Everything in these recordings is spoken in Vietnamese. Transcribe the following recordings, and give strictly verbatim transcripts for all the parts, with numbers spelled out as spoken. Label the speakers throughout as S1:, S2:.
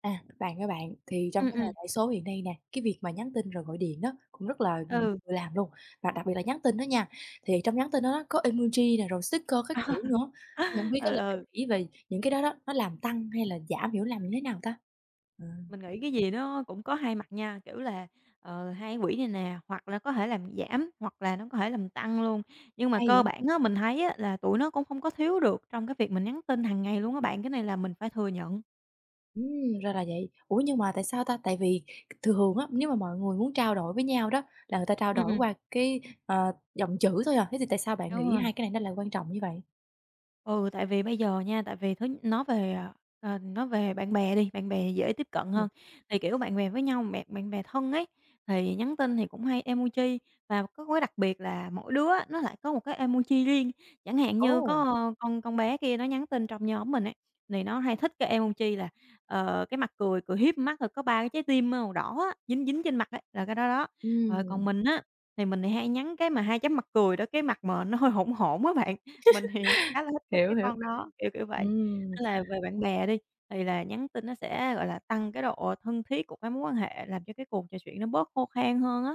S1: À, bạn các bạn, thì
S2: Ừm,
S1: trong cái thời
S2: ừm,
S1: đại số hiện nay nè, cái việc mà nhắn tin rồi gọi điện đó cũng rất là nhiều
S2: ừ,
S1: người làm luôn, và đặc biệt là nhắn tin đó nha. Thì trong nhắn tin đó đó có emoji nè, rồi sticker các kiểu nữa, thì hông biết
S2: ừ,
S1: á là bạn
S2: ừ,
S1: nghĩ về những cái đó đó, nó làm tăng hay là giảm hiểu lầm như thế nào ta? Ờ,
S2: mình nghĩ cái gì nó cũng có hai mặt nha, kiểu là, ờ, hai quỹ này nè, hoặc là có thể làm giảm, hoặc là nó có thể làm tăng luôn. Nhưng mà
S1: hay
S2: cơ
S1: vậy?
S2: bản á, mình thấy á, là tụi nó cũng không có thiếu được trong cái việc mình nhắn tin hàng ngày luôn á bạn, cái này là mình phải thừa nhận.
S1: Ừm, ra là vậy. Ủa, nhưng mà tại sao ta? Tại vì thường á, nếu mà mọi người muốn trao đổi với nhau đó là người ta trao
S2: Ừm,
S1: đổi
S2: ừm,
S1: qua cái, ờ, dòng chữ thôi à, thế thì tại sao bạn
S2: đúng
S1: nghĩ
S2: rồi.
S1: hai cái này nó lại quan trọng như vậy?
S2: Ừ, tại vì bây giờ nha, tại vì thứ nói về, à, ờ, nói về bạn bè đi, bạn bè dễ tiếp cận
S1: Ừm.
S2: hơn, thì, kiểu, bạn bè với nhau, bạn bạn bè thân ấy, thì nhắn tin thì cũng hay emoji và có cái đặc biệt là mỗi đứa nó lại có một cái emoji riêng. Chẳng hạn như
S1: Ồ!
S2: có, ơ, con con bé kia nó nhắn tin trong nhóm mình ấy, thì nó hay thích cái emoji là, ờ, cái mặt cười, cười hiếp mắt rồi có ba cái trái tim màu đỏ á, dính dính trên mặt ấy, là cái đó đó. Rồi còn
S1: Ừm.
S2: mình á, thì mình thì hay nhắn cái mà hai chấm mặt cười đó, cái mặt mà nó hơi hỗn hổn á bạn. Mình thì khá là thích cái
S1: Hiểu,
S2: cái
S1: hiểu.
S2: con đó, kiểu, kiểu vậy.
S1: Ừm,
S2: Nên là về bạn bè đi, thì là nhắn tin nó sẽ, gọi là, tăng cái độ thân thiết của cái mối quan hệ, làm cho cái cuộc trò chuyện nó bớt khô khan hơn á.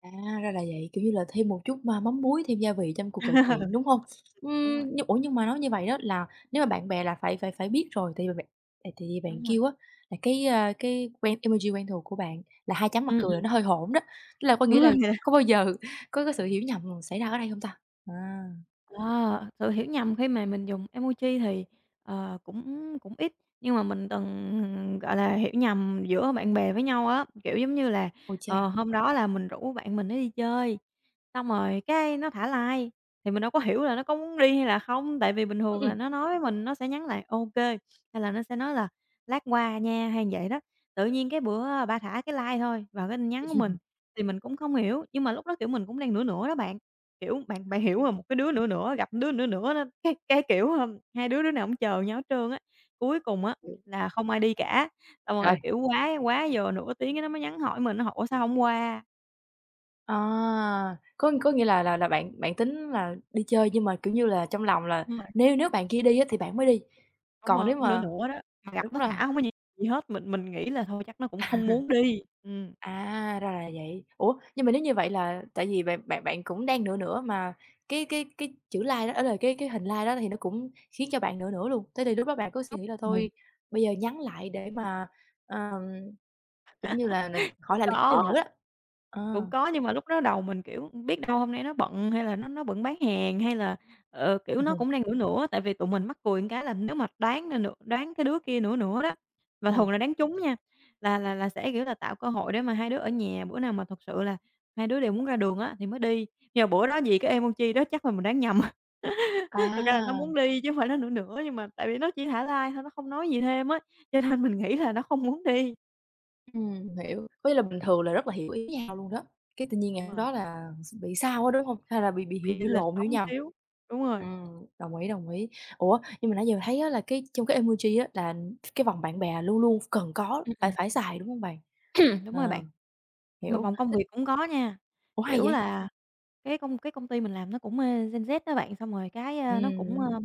S1: à, ra là vậy, kiểu như là, thêm một chút mà mắm muối, thêm gia vị trong cuộc trò chuyện, đúng không?
S2: Đúng rồi,
S1: Ừm, nhưng ủa, nhưng mà nói như vậy đó là nếu mà bạn bè là phải phải phải biết rồi, tại vì bạn tại tại vì bạn
S2: đúng rồi.
S1: kêu á là cái, a, cái quen emoji quen thuộc của bạn là hai chấm mặt
S2: Ừm,
S1: cười là
S2: ừm.
S1: nó hơi hỗn đó, tức là có
S2: đúng
S1: nghĩa là
S2: rồi.
S1: có bao giờ có cái sự hiểu nhầm xảy ra ở đây không ta? À,
S2: À, sự hiểu nhầm khi mà mình dùng emoji thì, ờ, cũng cũng ít, nhưng mà mình từng, gọi là, hiểu nhầm giữa bạn bè với nhau á. Kiểu, giống như là,
S1: ôi cha!
S2: ờ, hôm đó là mình rủ bạn mình nó đi chơi, xong rồi cái nó thả like, thì mình đâu có hiểu là nó có muốn đi hay là không, tại vì bình
S1: Ừm,
S2: thường là
S1: ừm.
S2: nó nói với mình nó sẽ nhắn lại OK, hay là nó sẽ nói là "Lát qua nha" hay vậy đó. Tự nhiên cái bữa bà thả cái like thôi vào cái tin nhắn của mình, thì mình cũng không hiểu, nhưng mà lúc đó, kiểu, mình cũng đang nửa nửa đó bạn. Kiểu, bạn bạn hiểu hông? Một cái đứa nữa nữa, gặp đứa nữa nữa đó, cái cái, kiểu, ờ, hai đứa đứa nào cũng chờ nhau hết trơn á. Cuối cùng á là không ai đi cả, xong rồi, kiểu, quá quá giờ nửa tiếng cái nó mới nhắn hỏi mình, nó hỏi: "Ủa, sao hông qua?"
S1: À, có có nghĩa là là là bạn bạn tính là đi chơi nhưng mà, kiểu như là, trong lòng là
S2: Ừm. Mà
S1: nếu nếu bạn kia đi á thì bạn mới đi,
S2: đúng
S1: còn
S2: rồi,
S1: nếu
S2: cũng nửa
S1: mà
S2: nửa đó, mà gặp
S1: đúng
S2: nó
S1: rồi,
S2: thả hông có gì gì hết, mình mình nghĩ là thôi chắc nó cũng không muốn đi. Ừm.
S1: à, ra là vậy. Ủa, nhưng mà nếu như vậy là tại vì bạn bạn bạn cũng đang nửa nửa mà cái cái cái chữ like đó, ý là cái cái hình like đó thì nó cũng khiến cho bạn nửa nửa luôn, thế thì lúc đó bạn có suy nghĩ là
S2: Đúng rồi.
S1: thôi bây giờ nhắn lại để mà, ờm, kiểu như là, n
S2: Cũng
S1: khỏi lại lịch sử nữa
S2: có.
S1: đó?
S2: Cũng
S1: Ờ.
S2: có, nhưng mà lúc đó đầu mình, kiểu, biết đâu hôm nay nó bận hay là nó nó bận bán hàng hay là, ờ,
S1: Ờ.
S2: kiểu, nó cũng đang nửa nửa, tại vì tụi mình mắc cười một cái là nếu mà đoán ra nửa đoán cái đứa kia nửa nửa đó, mà thường là đoán trúng nha, là là là sẽ, kiểu là, tạo cơ hội để mà hai đứa ở nhà, bữa nào mà thật sự là hai đứa đều muốn ra đường á thì mới đi. Nhưng mà bữa đó vì cái emoji đó chắc là mình đoán nhầm, thực ra là nó
S1: À.
S2: muốn đi chứ hông phải nó nửa nửa, nhưng mà tại vì nó chỉ thả like thôi, nó không nói gì thêm á, cho nên mình nghĩ là nó không muốn đi.
S1: Ừm, hiểu. Có nghĩa là bình thường là rất là hiểu ý nhau luôn đó, cái tự nhiên
S2: Đúng
S1: ngày hôm
S2: rồi,
S1: đó là s bị sao á, đúng hông? Hay là bị bị hiểu
S2: bị
S1: hiểu
S2: lệch
S1: lộn, hiểu
S2: sóng
S1: nhầm.
S2: xíu. Đúng rồi.
S1: Ừm, đồng ý, đồng ý. Ủa, nhưng mà nãy giờ thấy á là cái trong cái emoji á là cái vòng bạn bè luôn luôn cần có, phải phải xài, đúng hông bạn?
S2: Đúng rồi bạn.
S1: Ờ,
S2: Mà
S1: hiểu.
S2: vòng công việc cũng có nha,
S1: Ủa, hay
S2: kiểu
S1: vậy?
S2: là, cái công cái công ty mình làm nó cũng, ơ, Gen Z đó bạn, xong rồi cái, ơ, nó cũng, ơ,
S1: Ừm,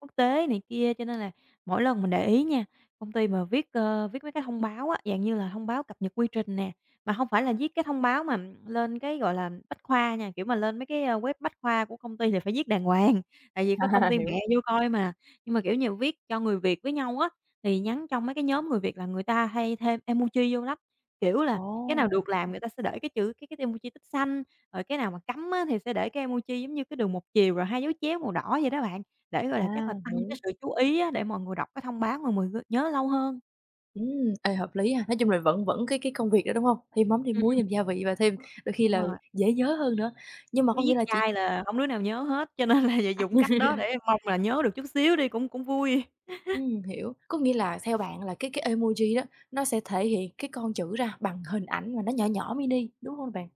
S2: quốc tế này kia, cho nên là mỗi lần mình để ý nha, công ty mà viết, ơ, viết mấy cái thông báo á, dạng như là thông báo cập nhật quy trình nè, mà không phải là viết cái thông báo mà lên cái, gọi là, bách khoa nha, kiểu mà, lên mấy cái, ơ, web bách khoa của công ty thì phải viết đàng hoàng, tại vì có công
S1: à,
S2: ty mẹ
S1: hiểu.
S2: vô coi mà. Nhưng mà, kiểu như, viết cho người Việt với nhau á, thì nhắn trong mấy cái nhóm người Việt là người ta hay thêm emoji vô lắm, kiểu là,
S1: Ồ,
S2: cái nào được làm người ta sẽ để cái chữ cái cái emoji tích xanh rồi cái nào mà cắm á thì sẽ để cái emoji giống như cái đường một chiều rồi hai dấu chéo màu đỏ vậy đó bạn, để, gọi
S1: à,
S2: là, chắc là tăng cái
S1: hiểu.
S2: sự chú ý á để mọi người đọc cái thông báo mà mọi người nhớ lâu hơn.
S1: Ừm, ê, hợp lý ha. Nói chung là vẫn vẫn cái cái công việc đó, đúng hông? Thêm mắm, thêm
S2: Ừm,
S1: muối, thêm
S2: ừm.
S1: gia vị và thêm đôi khi
S2: Đúng
S1: là
S2: rồi,
S1: dễ nhớ hơn nữa. Nhưng mà
S2: chứ
S1: có
S2: viết
S1: nghĩa là chỉ.
S2: chai là không đứa nào nhớ hết, cho nên là giờ dùng cách đó để mong là nhớ được chút xíu đi cũng cũng vui.
S1: Ừm, hiểu. Có nghĩa là theo bạn là cái cái emoji đó, nó sẽ thể hiện cái con chữ ra bằng hình ảnh mà nó nhỏ nhỏ mini, đúng không bạn?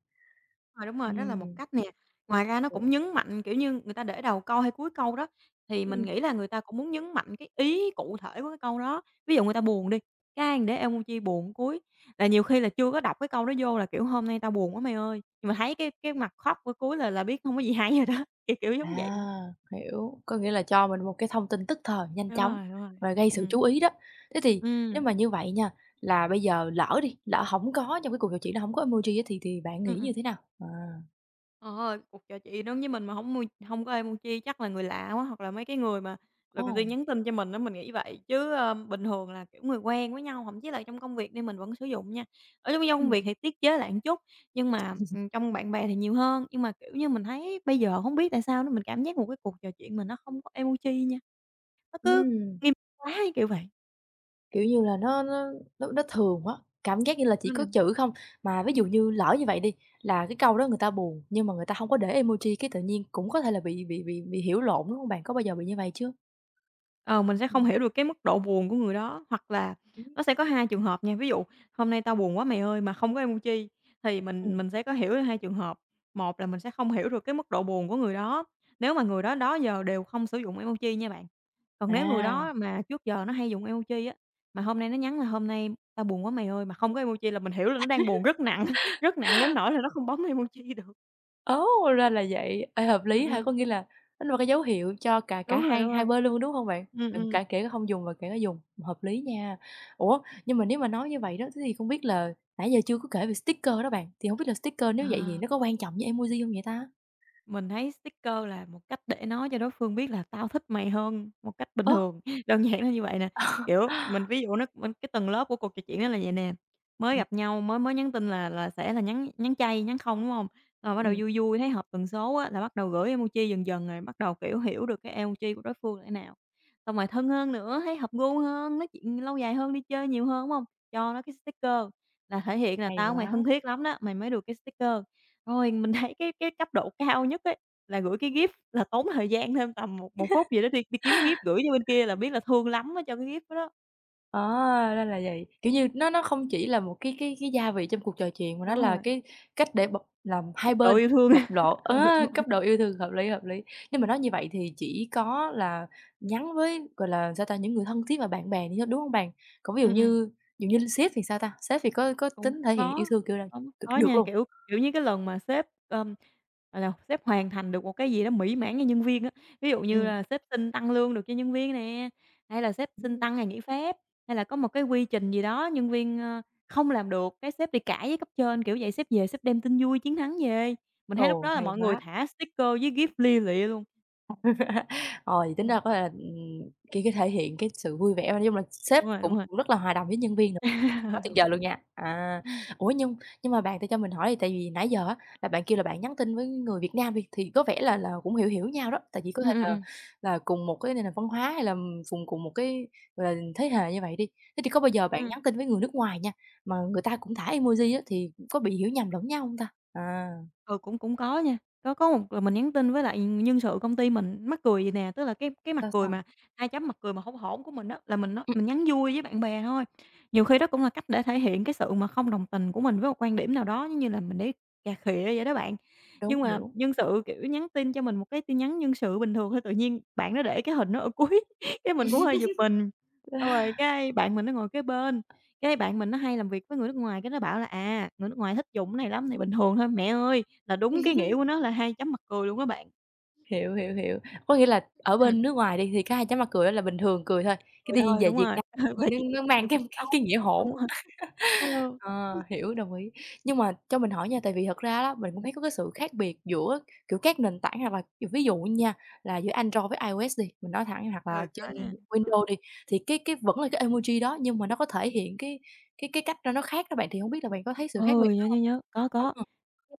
S2: Rồi, đúng rồi, đó là một
S1: Ừm,
S2: cách nè. Ngoài ra nó
S1: hiểu,
S2: cũng nhấn mạnh, kiểu như, người ta để đầu câu hay cuối câu đó, thì mình
S1: ừm.
S2: nghĩ là người ta cũng muốn nhấn mạnh cái ý cụ thể của cái câu đó. Ví dụ người ta buồn đi, cái "Để ê môn chi buồn" cuối, là nhiều khi là chưa có đọc cái câu đó vô là, kiểu, "Hôm nay tao buồn quá mày ơi", nhưng mà thấy cái cái mặt khóc của cuối là là biết hông có gì hay rồi đó, kiểu, kiểu giống vậy.
S1: À, hiểu, có nghĩa là cho mình một cái thông tin tức thời, nhanh
S2: Đúng
S1: chóng
S2: rồi, đúng rồi.
S1: và gây sự
S2: Ừm,
S1: chú ý đó. Thế thì nếu
S2: ừm,
S1: mà như vậy nha, là bây giờ lỡ đi, lỡ không có trong cái cuộc trò chuyện đó không có emoji á thì thì bạn
S2: ừm,
S1: nghĩ như
S2: ừm.
S1: thế nào? À,
S2: Ờ, cuộc trò chuyện đó với mình mà không mua không có ai mua chia chắc là người lạ quá, hoặc là mấy cái người mà
S1: ồ,
S2: lần riêng nhắn tin cho mình đó mình nghĩ vậy. Chứ, ơ, bình thường là, kiểu, người quen với nhau, thậm chí là trong công việc đi mình vẫn sử dụng nha. Ở trong trong công
S1: ừm,
S2: việc thì tiết chế lại một chút, nhưng mà, ừm, trong bạn bè thì nhiều hơn. Nhưng mà, kiểu như, mình thấy bây giờ không biết tại sao nữa, mình cảm giác một cái cuộc trò chuyện mình nó không có emoji nha, nó cứ nghiêm túc quá, kiểu vậy.
S1: kiểu như là, nó nó nó nó thường quá, cảm giác như là chỉ có chữ không. Mà ví dụ như lỡ như vậy đi, là cái câu đó người ta buồn, nhưng mà người ta không có để emoji cái tự nhiên cũng có thể là bị bị bị bị hiểu lộn, đúng không bạn? Có bao giờ bị như vậy chưa?
S2: Ờ, mình sẽ không
S1: Ừm.
S2: hiểu được cái mức độ buồn của người đó, hoặc là
S1: Ừm.
S2: nó sẽ có hai trường hợp nha. Ví dụ "Hôm nay tao buồn quá mày ơi" mà không có emoji thì mình
S1: Ừm,
S2: mình sẽ có hiểu hai trường hợp. Một là mình sẽ không hiểu được cái mức độ buồn của người đó, nếu mà người đó đó giờ đều không sử dụng emoji nha bạn. Còn nếu người
S1: à,
S2: đó mà trước giờ nó hay dùng emoji á, mà hôm nay nó nhắn là "Hôm nay tao buồn quá mày ơi" mà không có emoji là mình hiểu là nó đang buồn rất nặng, rất nặng đến nỗi là nó không bấm emoji được.
S1: ố, ra là vậy. Ê, hợp
S2: Ừm,
S1: lý ha, có
S2: ừm,
S1: nghĩa là nó là một cái dấu hiệu cho cả
S2: đúng
S1: cả
S2: rồi, đúng
S1: hai hai
S2: rồi.
S1: bên luôn, đúng hông bạn?
S2: Ừ
S1: Cả
S2: ừ
S1: cả kể không dùng và kể cả dùng, hợp lý nha. Ủa, nhưng mà nếu mà nói như vậy đó, thế thì không biết là nãy giờ chưa có kể về sticker đó bạn, thì hông biết là sticker nếu vậy thì
S2: À.
S1: nó có quan trọng như emoji hông vậy ta?
S2: Mình thấy sticker là một cách để nói cho đối phương biết là "Tao thích mày hơn" một cách bình
S1: Ơ!
S2: thường, đơn giản là như vậy nè. Kiểu, mình ví dụ nó mình cái tầng lớp của cuộc trò chuyện đó là vậy nè, mới
S1: Ừm,
S2: gặp nhau, mới mới nhắn tin là là sẽ là nhắn nhắn chay, nhắn không, đúng không? Rồi bắt đầu
S1: ừm,
S2: vui vui, thấy hợp tần số á là bắt đầu gửi emoji dần dần, rồi bắt đầu, kiểu, hiểu được cái emoji của đối phương là thế nào. Xong rồi thân hơn nữa, thấy hợp gu hơn, nói chuyện lâu dài hơn, đi chơi nhiều hơn, đúng không? Cho nó cái sticker là thể hiện là
S1: hay
S2: "Tao với mày thân
S1: quá.
S2: thiết lắm đó", mày mới được cái sticker. Rồi, mình thấy cái cái cấp độ cao nhất ấy, là gửi cái GIF là tốn thời gian thêm tầm một một phút gì đó đi đi kiếm cái GIF gửi cho bên kia là biết là thương lắm mới cho cái GIF đó.
S1: Ờ, ra là vậy, kiểu như, nó nó không chỉ là một cái cái cái gia vị trong cuộc trò chuyện mà
S2: Đúng
S1: nó là
S2: rồi,
S1: cái cách để bộc làm
S2: cấp
S1: hai
S2: độ
S1: bên
S2: yêu thương.
S1: bộc lộ
S2: Ừ,
S1: á,
S2: đúng rồi.
S1: cấp độ yêu thương, hợp lý, hợp lý. Nhưng mà nói như vậy thì chỉ có là nhắn với, gọi là, sao ta, những người thân thiết và bạn bè thì thôi, đúng hông bạn? Còn ví dụ
S2: Ừm, ừm.
S1: như ví dụ như sếp thì sao ta? Sếp thì có có
S2: Cũng
S1: tính
S2: cũng
S1: thể hiện yêu
S2: có,
S1: thương kiểu là
S2: có
S1: được
S2: có
S1: được
S2: nha,
S1: luôn?
S2: kiểu, kiểu như, cái lần mà sếp, ờm, gọi là, sếp hoàn thành được một cái gì đó mỹ mãn cho nhân viên á, ví dụ như
S1: Ừm,
S2: là sếp xin tăng lương được cho nhân viên nè, hay là sếp xin
S1: ừm,
S2: tăng ngày nghỉ phép, hay là có một cái quy trình gì đó nhân viên, ơ, không làm được, cái sếp đi cãi với cấp trên, kiểu vậy, sếp về sếp đem tin vui chiến thắng về. Mình thấy lúc
S1: ồ,
S2: đó là
S1: hay
S2: mọi người
S1: quá.
S2: thả sticker với gif lia lịa luôn.
S1: Rồi tính
S2: Ừm.
S1: ra có thể là, ừm, cái như, thể hiện cái sự vui vẻ, nói chung là
S2: Đúng
S1: sếp
S2: rồi, đúng
S1: cũng
S2: rồi.
S1: cũng rất là hòa đồng với nhân viên nữa,
S2: Ờ,
S1: quá tuyệt
S2: đúng
S1: vời
S2: rồi.
S1: luôn nha. À, ủa, nhưng nhưng mà bạn, tại cho mình hỏi thì tại vì nãy giờ á là bạn kêu là bạn nhắn tin với người Việt Nam đi, thì có vẻ là là cũng hiểu hiểu nhau đó, tại vì có
S2: Ừm,
S1: thể
S2: ừm,
S1: là
S2: ừm.
S1: là cùng một cái nền văn hóa hay là cùng cùng một cái, gọi là, thế hệ như vậy đi. Thế thì có bao giờ bạn
S2: Ừm.
S1: nhắn tin với người nước ngoài nha, mà người ta cũng thả emoji á, thì có bị hiểu nhầm lẫn nhau không ta? À,
S2: Ừ, cũng cũng có nha. Có có một là mình nhắn tin với lại nhân sự công ty mình, mắc cười vậy nè, tức là cái cái mặt
S1: sao,
S2: cười
S1: sao?
S2: mà hai chấm mặt cười mà hỗn hổn của mình đó là mình nói
S1: Ừm,
S2: mình nhắn vui với bạn bè thôi. Nhiều khi đó cũng là cách để thể hiện cái sự mà không đồng tình của mình với một quan điểm nào đó, giống như là mình để cà khịa vậy đó bạn. Nhưng
S1: đúng,
S2: mà
S1: hiểu.
S2: nhân sự, kiểu, nhắn tin cho mình một cái tin nhắn nhân sự bình thường thôi, tự nhiên bạn nó để cái hình nó ở cuối, cái mình cũng hơi giật mình. Xong rồi cái bạn mình nó ngồi kế bên, cái bạn mình nó hay làm việc với người nước ngoài, cái nó bảo là "À, người nước ngoài thích dùng cái này lắm, này bình thường thôi." Mẹ ơi, là đúng cái nghĩa của nó là hai chấm mặt cười luôn á bạn.
S1: Hiểu, hiểu, hiểu. Có nghĩa là ở
S2: Ừm.
S1: bên nước ngoài đi thì cái hai chấm mặt cười đó là bình thường cười thôi, cái
S2: Cười
S1: tự nhiên
S2: thôi,
S1: về
S2: đúng
S1: Việt
S2: rồi,
S1: Nam
S2: ừ,
S1: tự
S2: và chỉ
S1: nhiên nó nó mang cái cái cái nghĩa hỗn.
S2: đúng rồi. Ừ.
S1: Ờ, hiểu, đồng ý. Nhưng mà cho mình hỏi nha, tại vì thật ra đó, mình cũng thấy có cái sự khác biệt giữa, kiểu, các nền tảng hoặc là ví dụ nha, là giữa Android với iOS đi, mình nói thẳng hoặc
S2: Ừ,
S1: là
S2: có
S1: trên
S2: nha, có.
S1: Windows đi, thì cái cái vẫn là cái emoji đó nhưng mà nó có thể hiện cái cái cái cách ra nó khác đó bạn, thì không biết là bạn có thấy sự khác
S2: Ừ,
S1: biệt đó
S2: nhớ, nhớ, nhớ, có,
S1: hông?
S2: có.
S1: Ờ,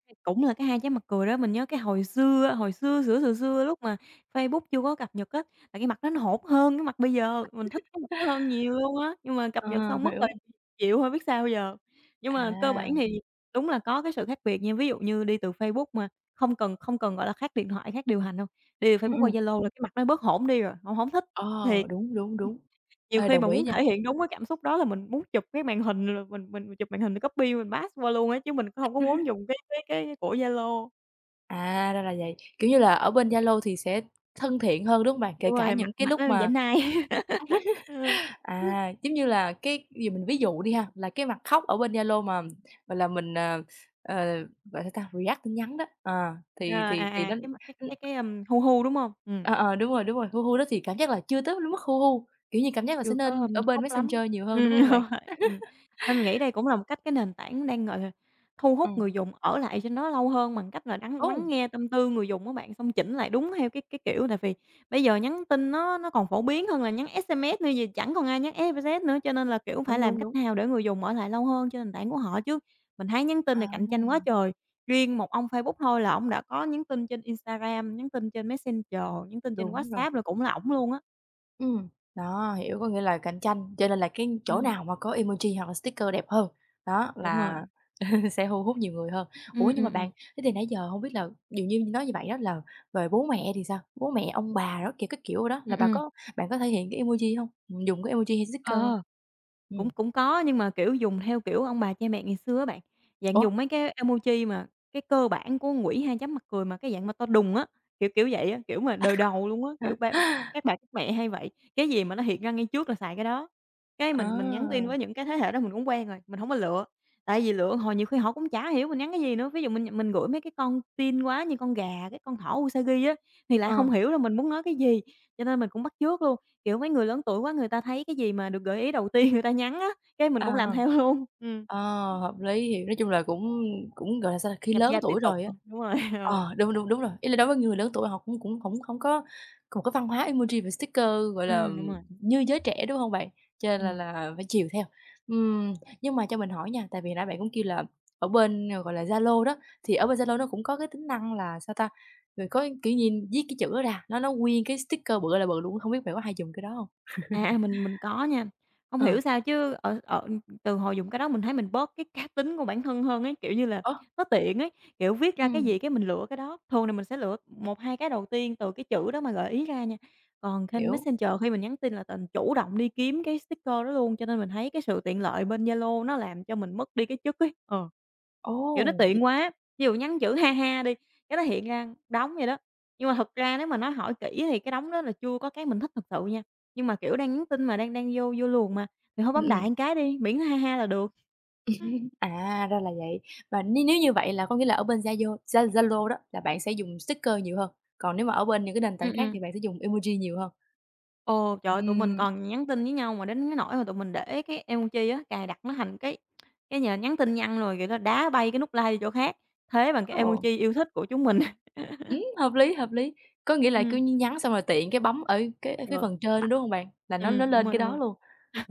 S2: Cái- Cũng là cái hai trái mặt cười đó, mình nhớ cái hồi xưa, hồi xưa, xửa xừa xưa lúc mà Facebook chưa có cập nhật á, là cái mặt nó nó hột hơn cái mặt bây giờ, mình thích cái mặt nó hơn nhiều luôn á, nhưng mà cập nhật
S1: ờ,
S2: xong mất rồi
S1: hiểu.
S2: chịu thôi biết sao bây giờ. Nhưng mà cơ bản
S1: À.
S2: thì đúng là có cái sự khác biệt nha, ví dụ như đi từ Facebook mà không cần không cần, gọi là, khác điện thoại, khác điều hành đâu, đi từ
S1: Ừ,
S2: Facebook
S1: ừ.
S2: qua Zalo là cái mặt nó bớt hổn đi rồi, không hổng thích,
S1: Ờ,
S2: thiệt.
S1: đúng, đúng, đúng.
S2: Nhiều
S1: Ê,
S2: khi mà
S1: đồng ý
S2: muốn
S1: nha.
S2: thể hiện đúng cái cảm xúc đó là mình muốn chụp cái màn hình rồi mình mình mình chụp màn hình mình copy mình pass qua luôn á, chứ mình cũng hông có muốn dùng cái cái cái của Zalo.
S1: À, ra là vậy, kiểu như là, ở bên Zalo thì sẽ thân thiện hơn, đúng hông bạn? Kể
S2: Đúng
S1: cả
S2: rồi, mặt
S1: những cái
S2: mặt
S1: lúc
S2: nó giả
S1: mà
S2: nai. Ờ.
S1: à, giống như là, cái giờ mình ví dụ đi ha, là cái mặt khóc ở bên Zalo mà, gọi là, mình, ờ, ờ, gọi sao ta, react tin nhắn đó, ờ,
S2: Ờ,
S1: thì
S2: à,
S1: thì thì
S2: à,
S1: nó
S2: cái mặt cái
S1: ưm,
S2: cái cái, ừm, hu hu, đúng hông? Ừm.
S1: ờ, ờ, đúng rồi, đúng rồi, hu hu đó thì cảm giác là chưa tới mức hu hu, kiểu như, cảm giác là sẽ
S2: Chưa có,
S1: nên
S2: ưm,
S1: ở bên
S2: khóc lắm.
S1: Messenger nhiều hơn,
S2: Ừm,
S1: đúng hông bạn?
S2: ừm, nên mình nghĩ đây cũng là một cách cái nền tảng đang, gọi là, thu hút
S1: Ừm,
S2: người dùng ở lại trên đó lâu hơn bằng cách là đắng
S1: ồ,
S2: lắng nghe tâm tư người dùng á bạn, xong chỉnh lại đúng theo cái cái kiểu tại vì bây giờ nhắn tin nó nó còn phổ biến hơn là nhắn ét em ét nữa, giờ chẳng còn ai nhắn ét em ét nữa, cho nên là, kiểu, phải
S1: đúng,
S2: làm
S1: đúng,
S2: cách
S1: đúng.
S2: nào để người dùng ở lại lâu hơn trên nền tảng của họ chứ. Mình thấy nhắn tin
S1: À,
S2: này cạnh tranh quá trời, riêng một ông Facebook thôi là ổng đã có nhắn tin trên Instagram, nhắn tin trên Messenger, nhắn tin trên
S1: đúng rồi.
S2: WhatsApp là cũng là ổng luôn á.
S1: Ừ. Đó, hiểu, có nghĩa là cạnh tranh, cho nên là cái chỗ
S2: Ừm,
S1: nào mà có emoji hoặc là sticker đẹp hơn, đó,
S2: đúng
S1: là
S2: rồi.
S1: sẽ thu hút nhiều người hơn. Ủa,
S2: Ừm,
S1: nhưng
S2: ừm,
S1: mà
S2: ừm.
S1: bạn, thế thì nãy giờ không biết là dường như nói như vậy đó là về bố mẹ thì sao? Bố mẹ, ông bà đó, kiểu, cái kiểu đó,
S2: Ừm,
S1: là bà
S2: ừm.
S1: có bạn có thể hiện cái emoji không? Ừm, dùng cái emoji hay sticker không?
S2: Ờ,
S1: Ừ,
S2: cũng cũng có, nhưng mà, kiểu, dùng theo kiểu ông bà cha mẹ ngày xưa á bạn, dạng
S1: ủa?
S2: dùng mấy cái emoji mà cái cơ bản của ngũy hai chấm mặt cười mà cái dạng mà to đùng á, kiểu, kiểu vậy á, kiểu mà đời đầu luôn á, kiểu, ba
S1: Hả?
S2: các bà các mẹ hay vậy, cái gì mà nó hiện ra ngay trước là xài cái đó. Cái mình mình nhắn tin
S1: À,
S2: với những cái thế hệ đó mình cũng quen rồi, mình hổng có lựa, tại vì lựa hồi nhiều khi họ cũng chả hiểu mình nhắn cái gì nữa. Ví dụ mình mình gửi mấy cái con teen quá như con gà, cái con thỏ Usagi á, thì lại
S1: ờ,
S2: không hiểu là mình muốn nói cái gì, cho nên mình cũng bắt chước luôn. Kiểu, mấy người lớn tuổi quá, người ta thấy cái gì mà được gợi ý đầu tiên người ta nhắn á, cái mình cũng làm
S1: ờ.
S2: theo luôn. Ừm.
S1: Ờ, hợp lý, thì nói chung là cũng cũng, gọi là, sao ta, khi
S2: Nhập
S1: lớn
S2: gia tùy
S1: tuổi
S2: tục,
S1: rồi á,
S2: ừm, đúng rồi, ừ.
S1: ờ, đúng, đúng, đúng rồi, ý là đối với người lớn tuổi họ cũng cũng hổng hổng có một cái văn hóa emoji và sticker, gọi là,
S2: Ừm, đúng rồi,
S1: như giới trẻ, đúng hông bạn? Cho nên là
S2: ừm.
S1: là phải chiều theo. Ừm, nhưng mà cho mình hỏi nha, tại vì nãy bạn cũng kêu là ở bên, gọi là, Zalo đó, thì ở bên Zalo nó cũng có cái tính năng là, sao ta, rồi có kiểu nhìn viết cái chữ đó ra, nó nó nguyên cái sticker bự ơi là bự luôn, hông biết bạn có hay dùng cái đó hông?
S2: À, à, mình mình có nha. Hông
S1: Ờ,
S2: hiểu sao chứ ở ở từ hồi dùng cái đó mình thấy mình bớt cái cá tính của bản thân hơn ấy, kiểu như là,
S1: ơ,
S2: nó tiện ấy, kiểu, viết ra cái
S1: ừm,
S2: gì cái mình lựa cái đó. Thường là mình sẽ lựa một hai cái đầu tiên từ cái chữ đó mà gợi ý ra nha. Còn trên
S1: hiểu.
S2: Messenger khi mình nhắn tin là tình chủ động đi kiếm cái sticker đó luôn, cho nên mình thấy cái sự tiện lợi bên Zalo nó làm cho mình mất đi cái chất ấy. Ờ. Kiểu, nó
S1: Ồ, vậy
S2: tiện quá, ví dụ nhắn chữ "ha ha" đi, cái nó hiện ra đống vậy đó. Nhưng mà thật ra nếu mà nói hỏi kỹ thì cái đống đó là chưa có cái mình thích thật sự nha. Nhưng mà, kiểu, đang nhắn tin mà, đang đang vô vô luồng mà, thì thôi
S1: ừm,
S2: bấm đại
S1: ừm.
S2: một cái đi, miễn nó ha ha là được.
S1: À, ra là vậy. Và nếu nếu như vậy là có nghĩa là ở bên Zalo Za Zalo đó là bạn sẽ dùng sticker nhiều hơn, còn nếu mà ở bên những cái nền
S2: Ừm,
S1: tảng khác
S2: ừm.
S1: thì bạn sẽ dùng emoji nhiều hơn?
S2: Ồ, trời ơi, tụi mình
S1: Ừm,
S2: còn nhắn tin với nhau mà đến cái nỗi mà tụi mình để cái emoji á, cài đặt nó thành cái cái nhờ nhắn tin nhăng rồi, kiểu là, đá bay cái nút like đi chỗ khác, thế bằng cái
S1: ồ.
S2: emoji yêu thích của chúng mình.
S1: Ừm, hợp lý, hợp lý. Có nghĩa là cứ
S2: Ừm,
S1: nhắn xong rồi tiện cái bấm ở cái cái
S2: ừ,
S1: phần
S2: cái
S1: trên đó,
S2: bạch
S1: đúng hông bạn? Là nó nó
S2: ừm, đúng
S1: lên
S2: rồi,
S1: cái
S2: đúng
S1: đó
S2: rồi.
S1: luôn.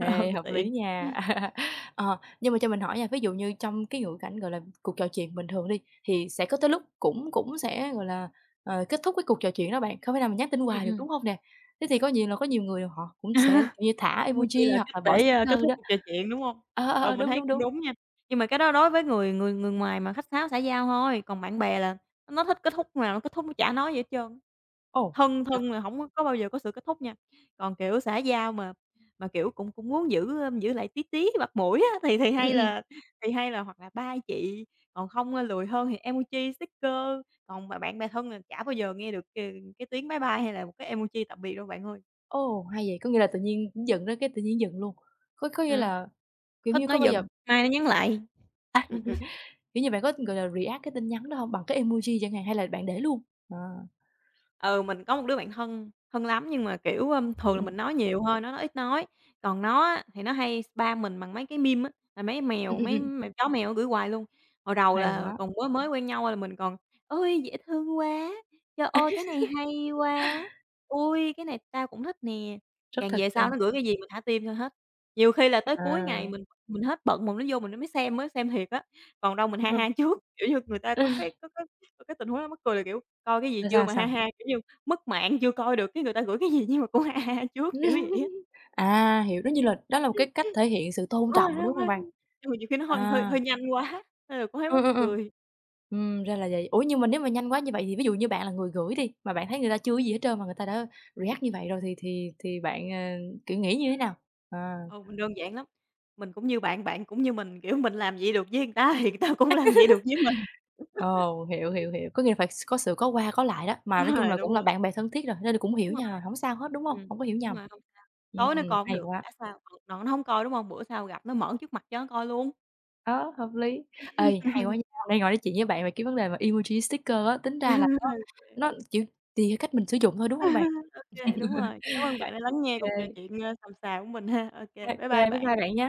S1: Ê,
S2: Ừ,
S1: hợp
S2: tiện.
S1: lý nha. Ờ, nhưng mà cho mình hỏi nha, ví dụ như trong cái ngữ cảnh, gọi là, cuộc trò chuyện bình thường đi, thì sẽ có tới lúc cũng cũng sẽ, gọi là, ờ, kết thúc cái cuộc trò chuyện đó bạn, không thể nào mà nhắn tin
S2: Ừm,
S1: hoài được,
S2: ừm.
S1: đúng hông nè? Thế thì có nhiều là có nhiều người họ cũng sẽ, kiểu như, thả
S2: Emoji
S1: emoji
S2: là
S1: hoặc
S2: cách
S1: là bỏ
S2: để, a, kết
S1: sticker
S2: thúc
S1: đó.
S2: cuộc trò chuyện, đúng hông?
S1: Ờ, ờ,
S2: Ừ,
S1: ờ,
S2: mình
S1: đúng,
S2: thấy
S1: đúng,
S2: cũng
S1: đúng.
S2: đúng nha, nhưng mà cái đó đối với người người người ngoài mà khách sáo xã giao thôi, còn bạn bè là nó thích kết thúc nào nó kết thúc, nó chả nói gì hết trơn.
S1: Ồ,
S2: Thân
S1: gặp
S2: thân là hổng có bao giờ có sự kết thúc nha, còn, kiểu, xã giao mà mà, kiểu, cũng cũng muốn giữ, ơ, giữ lại tí tí mặt mũi á, thì thì
S1: ừm,
S2: hay
S1: ừm, ừm.
S2: là thì hay là hoặc là "Bye chị", còn không, a, lười hơn thì emoji, sticker, còn mà bạn bè thân là chả bao giờ nghe được, ờ, cái tiếng "Bye bye" hay là một cái emoji tạm biệt đâu bạn ơi.
S1: Ồ, hay vậy, có nghĩa là tự nhiên giận đó cái tự nhiên giận luôn. Có có nghĩa
S2: Ừm.
S1: là kiểu
S2: Hết
S1: như,
S2: nói
S1: có bao
S2: dừng,
S1: giờ
S2: mai nó nhắn lại,
S1: kiểu như, bạn có, gọi là, react cái tin nhắn đó hông? Bằng cái emoji chẳng hạn hay là bạn để luôn? À.
S2: ừ, mình có một đứa bạn thân thân lắm nhưng mà, kiểu, ưm, thường là
S1: Ừm,
S2: mình
S1: ừm.
S2: nói nhiều thôi, nó nó ít nói. Còn nó á, thì nó hay spam mình bằng mấy cái meme á, là mấy
S1: Ừm,
S2: mèo,
S1: ừm,
S2: mấy
S1: ừm.
S2: mèo chó mèo nó gửi hoài luôn. Hồi đầu
S1: Hay
S2: là
S1: quá,
S2: còn mới mới quen nhau là mình còn: "Ôi, dễ thương quá!", "Trời ơi, cái này hay quá!", "Ui, cái này tao cũng thích nè".
S1: rất
S2: Càng
S1: thực
S2: về sau
S1: trưng.
S2: nó gửi cái gì mình thả tim cho hết. Nhiều khi là tới cuối ngày
S1: À.
S2: mình mình hết bận mình nó vô mình mới xem mới xem thiệt á. Còn đâu mình ha
S1: Ừm.
S2: ha trước, kiểu như, người ta có cái có có có cái tình huống đó mắc cười là, kiểu, coi cái gì
S1: Rồi
S2: chưa
S1: sao,
S2: mà ha
S1: sao?
S2: ha, kiểu như, mất mạng chưa coi được cái người ta gửi cái gì nhưng mà cũng ha ha trước, kiểu vậy á.
S1: À, hiểu, đó như là đó là một cái cách thể hiện sự tôn
S2: Ừ,
S1: trọng,
S2: nó
S1: đúng hông
S2: nó
S1: bạn?
S2: nhưng mà nhiều khi nó hơi hơi
S1: À.
S2: hơi nhanh quá, nên là cũng thấy
S1: Ừm,
S2: mắc
S1: ừm, ừm.
S2: cười.
S1: Ừm, ra là vậy. Ủa, nhưng mà nếu mà nhanh quá như vậy thì ví dụ như bạn là người gửi đi, mà bạn thấy người ta chưa có gì hết trơn mà người ta đã react như vậy rồi thì thì thì bạn, ờ, kiểu, nghĩ như thế nào? À.
S2: Ừ, mình đơn giản lắm, mình cũng như bạn, bạn cũng như mình, kiểu, mình làm vậy được với người ta thì người ta cũng làm vậy được với mình.
S1: Ồ, hiểu, hiểu, hiểu, có nghĩa là phải s có sự có qua có lại đó, mà
S2: Đúng
S1: nói chung
S2: rồi,
S1: là
S2: đúng
S1: cũng
S2: rồi,
S1: là bạn bè thân thiết rồi, nên là cũng hiểu
S2: đúng
S1: nhau
S2: rồi.
S1: rồi, hổng sao hết, đúng hông?
S2: Ừm,
S1: Hổng có hiểu
S2: đúng
S1: nhầm.
S2: rồi, hông
S1: Ừm,
S2: tối nó coi hổng
S1: hay
S2: được,
S1: quá,
S2: chả sao, ừ, nó nó hổng coi, đúng hông? Bữa sau gặp nó mở trước mặt cho nó coi luôn.
S1: đó, hợp lý. Ê, hay quá nha, hôm nay ngồi nói chuyện với bạn về cái vấn đề mà emoji sticker á, tính ra là nó nó, kiểu, tùy theo cách mình sử dụng thôi, đúng hông bạn?
S2: Ô kê, đúng rồi. Cảm ơn bạn đã
S1: Ô
S2: lắng nghe
S1: kê,
S2: cuộc trò chuyện, ơ, xàm xà của mình ha. Ô
S1: ô kê,
S2: kê, bye bye
S1: bye bye
S2: bạn.
S1: bạn nha.